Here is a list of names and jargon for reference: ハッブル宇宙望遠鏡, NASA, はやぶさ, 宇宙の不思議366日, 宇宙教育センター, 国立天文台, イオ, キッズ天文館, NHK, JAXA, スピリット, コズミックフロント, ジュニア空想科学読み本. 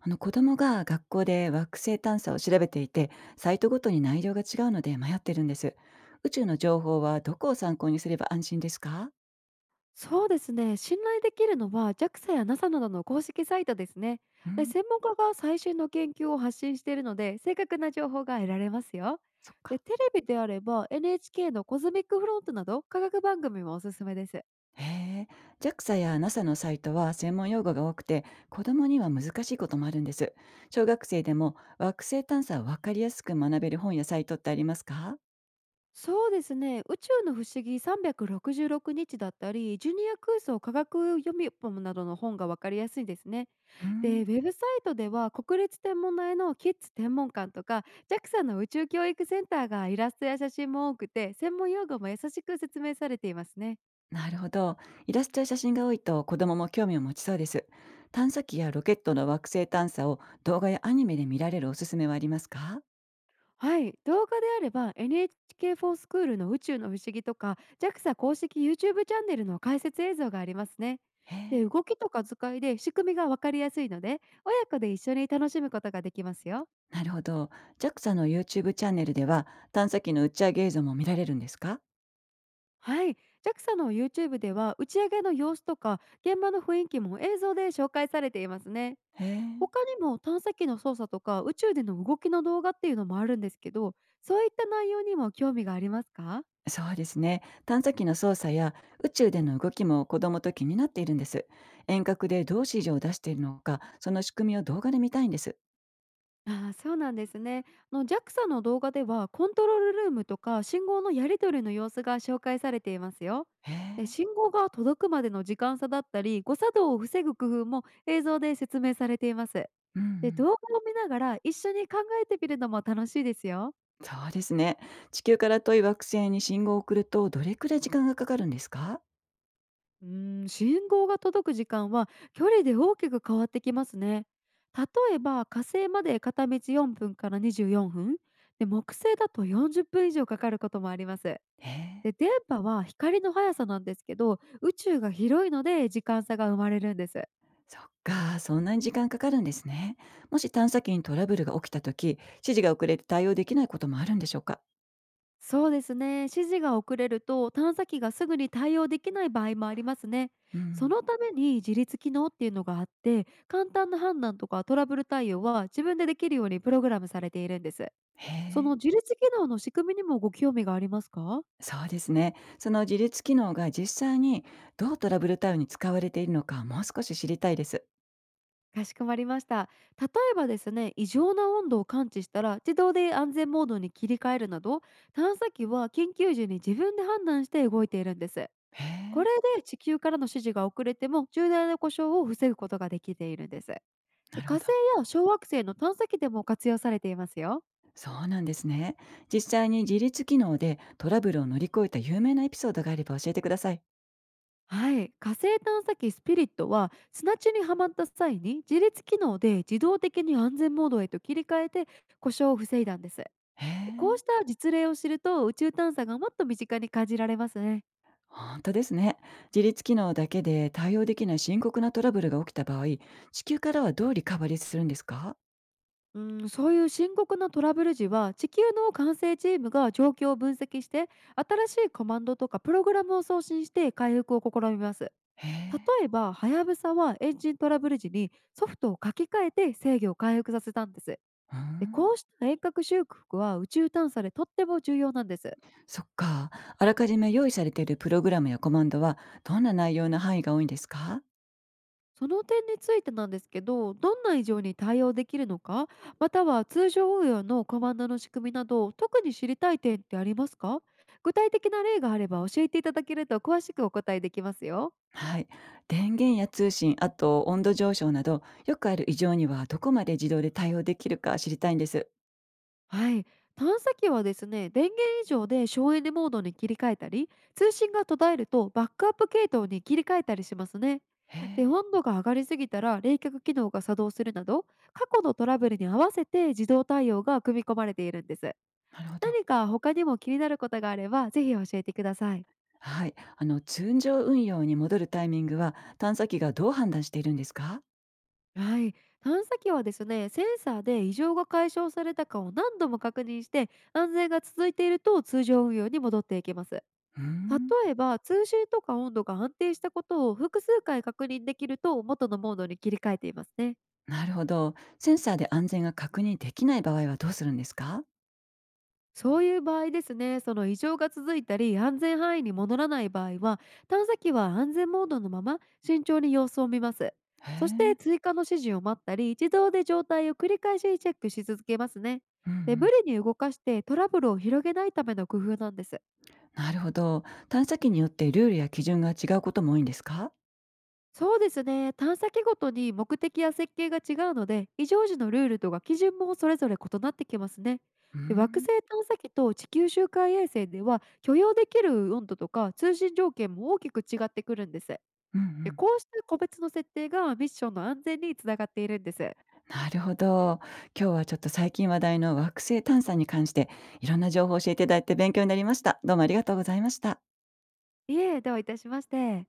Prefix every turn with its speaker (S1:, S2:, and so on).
S1: 子供が学校で惑星探査を調べていて、サイトごとに内容が違うので迷ってるんです。宇宙の情報はどこを参考にすれば安心ですか？
S2: そうですね。信頼できるのは JAXA や NASA などの公式サイトですね。
S1: う
S2: で
S1: ん、
S2: 専門家が最新の研究を発信しているので正確な情報が得られますよ。
S1: そっ
S2: で
S1: か。
S2: テレビであれば NHK のコズミックフロントなど科学番組もおすすめです。
S1: へえ、JAXA や NASA のサイトは専門用語が多くて、子供には難しいこともあるんです。小学生でも惑星探査をわかりやすく学べる本やサイトってありますか？
S2: そうですね。宇宙の不思議366日だったり、ジュニア空想科学読み本などの本がわかりやすいですね。
S1: う
S2: で、ウ
S1: ん。
S2: ェブサイトでは国立天文台のキッズ天文館とか JAXA の宇宙教育センターがイラストや写真も多くて専門用語も優しく説明されていますね。
S1: なるほど。イラストや写真が多いと子供も興味を持ちそうです。探査機やロケットの惑星探査を動画やアニメで見られるおすすめはありますか？
S2: はい、動画であれば NHK ーフォースクールの宇宙の不思議とか JAXA 公式 YouTube チューブチャンネルの解説映像がありますね。
S1: へ
S2: で、
S1: え。
S2: 動きとか図解で仕組みがわかりやすいので親子で一緒に楽しむことができますよ。
S1: なるほど。JAXA の YouTube チャンネルでは探査機の打ち上げ映像も見られるんですか？
S2: はい、JAXA の YouTube では打ち上げの様子とか現場の雰囲気も映像で紹介されていますね。
S1: へえ。
S2: 他にも探査機の操作とか宇宙での動きの動画っていうのもあるんですけど、そういった内容にも興味がありますか？
S1: そうですね。探査機の操作や宇宙での動きも子供と気になっているんです。遠隔でどう指示を出しているのか、その仕組みを動画で見たいんです。
S2: ああ、そうなんですね。あの JAXA の動画ではコントロールルームとか信号のやり取りの様子が紹介されていますよ。
S1: へ
S2: で
S1: え。
S2: 信号が届くまでの時間差だったり誤作動を防ぐ工夫も映像で説明されています。
S1: うんう
S2: で
S1: ん。
S2: 動画を見ながら一緒に考えてみるのも楽しいですよ。
S1: そうですね。地球から遠い惑星に信号を送るとどれくらい時間がかかるんですか？
S2: うーん、信号が届く時間は距離で大きく変わってきますね。例えば火星まで片道4分から24分で、木星だと40分以上かかることもあります。
S1: へえ、
S2: で電波は光の速さなんですけど、宇宙が広いので時間差が生まれるんです。
S1: そっか、そんなに時間かかるんですね。もし探査機にトラブルが起きた時、指示が遅れて対応できないこともあるんでしょうか？
S2: そうですね、指示が遅れると探査機がすぐに対応できない場合もありますね。
S1: う
S2: そ
S1: ん。
S2: のために自立機能っていうのがあって、簡単な判断とかトラブル対応は自分でできるようにプログラムされているんです。
S1: へ
S2: その
S1: え、
S2: 自律機能の仕組みにもご興味がありますか？
S1: そうですね。その自立機能が実際にどうトラブル対応に使われているのかもう少し知りたいです。
S2: かしこまりました。例えばですね、異常な温度を感知したら自動で安全モードに切り替えるなど、探査機は緊急時に自分で判断して動いているんです。
S1: へ
S2: こ
S1: え、
S2: れで地球からの指示が遅れても重大な故障を防ぐことができているんです。で
S1: なる
S2: 火
S1: ほ
S2: 星
S1: ど。
S2: や小惑星の探査機でも活用されていますよ。
S1: そうなんですね。実際に自立機能でトラブルを乗り越えた有名なエピソードがあれば教えてください。
S2: はい、火星探査機スピリットは砂地にはまった際に自律機能で自動的に安全モードへと切り替えて故障を防いだんです。
S1: へ
S2: こ
S1: え。
S2: うした実例を知ると、宇宙探査がもっと身近に感じられますね。
S1: ほんとですね。自律機能だけで対応できない深刻なトラブルが起きた場合、地球からはどうリカバリーするんですか？
S2: うん、そういう深刻なトラブル時は地球の管制チームが状況を分析して、新しいコマンドとかプログラムを送信して回復を試みます。
S1: へえ。
S2: 例えばはやぶさはエンジントラブル時にソフトを書き換えて制御を回復させたんです。
S1: うー
S2: で、
S1: ん。
S2: こうした遠隔修復は宇宙探査でとっても重要なんです。
S1: そっか。あらかじめ用意されているプログラムやコマンドは、どんな内容の範囲が多いんですか？
S2: その点についてなんですけど、どんな異常に対応できるのか、または通常運用のコマンドの仕組みなど、特に知りたい点ってありますか？具体的な例があれば教えていただけると詳しくお答えできますよ。
S1: はい。電源や通信、あと温度上昇など、よくある異常にはどこまで自動で対応できるか知りたいんです。
S2: はい、探査機はですね、電源以上で省エネモードに切り替えたり、通信が途絶えるとバックアップ系統に切り替えたりしますね。
S1: へ
S2: で
S1: え、
S2: 温度が上がりすぎたら冷却機能が作動するなど、過去のトラブルに合わせて自動対応が組み込まれているんです。
S1: なるほど。
S2: 何か他にも気になることがあればぜひ教えてください。
S1: はい。通常運用に戻るタイミングは、探査機がどう判断しているんですか？
S2: はい、探査機はですねセンサーで異常が解消されたかを何度も確認して、安全が続いていると通常運用に戻っていきます。
S1: うーん。
S2: 例えば通信とか温度が安定したことを複数回確認できると元のモードに切り替えていますね。
S1: なるほど。センサーで安全が確認できない場合はどうするんですか？
S2: そういう場合ですね、その異常が続いたり安全範囲に戻らない場合は、探査機は安全モードのまま慎重に様子を見ます。
S1: へ
S2: そし
S1: え。
S2: て追加の指示を待ったり、自動で状態を繰り返しチェックし続けますね。
S1: うんう
S2: で無
S1: ん。
S2: 理に動かしてトラブルを広げないための工夫なんです。
S1: なるほど。探査機によってルールや基準が違うことも多いんですか？
S2: そうですね。探査機ごとに目的や設計が違うので、異常時のルールとか基準もそれぞれ異なってきますね。
S1: うー
S2: で惑
S1: ん。
S2: 星探査機と地球周回衛星では許容できる温度とか通信条件も大きく違ってくるんです。
S1: うんう
S2: で
S1: ん。
S2: こうした個別の設定がミッションの安全につながっているんです。
S1: なるほど。今日はちょっと最近話題の惑星探査に関していろんな情報を教えていただいて勉強になりました。どうもありがとうございました。
S2: いえ、どういたしまして。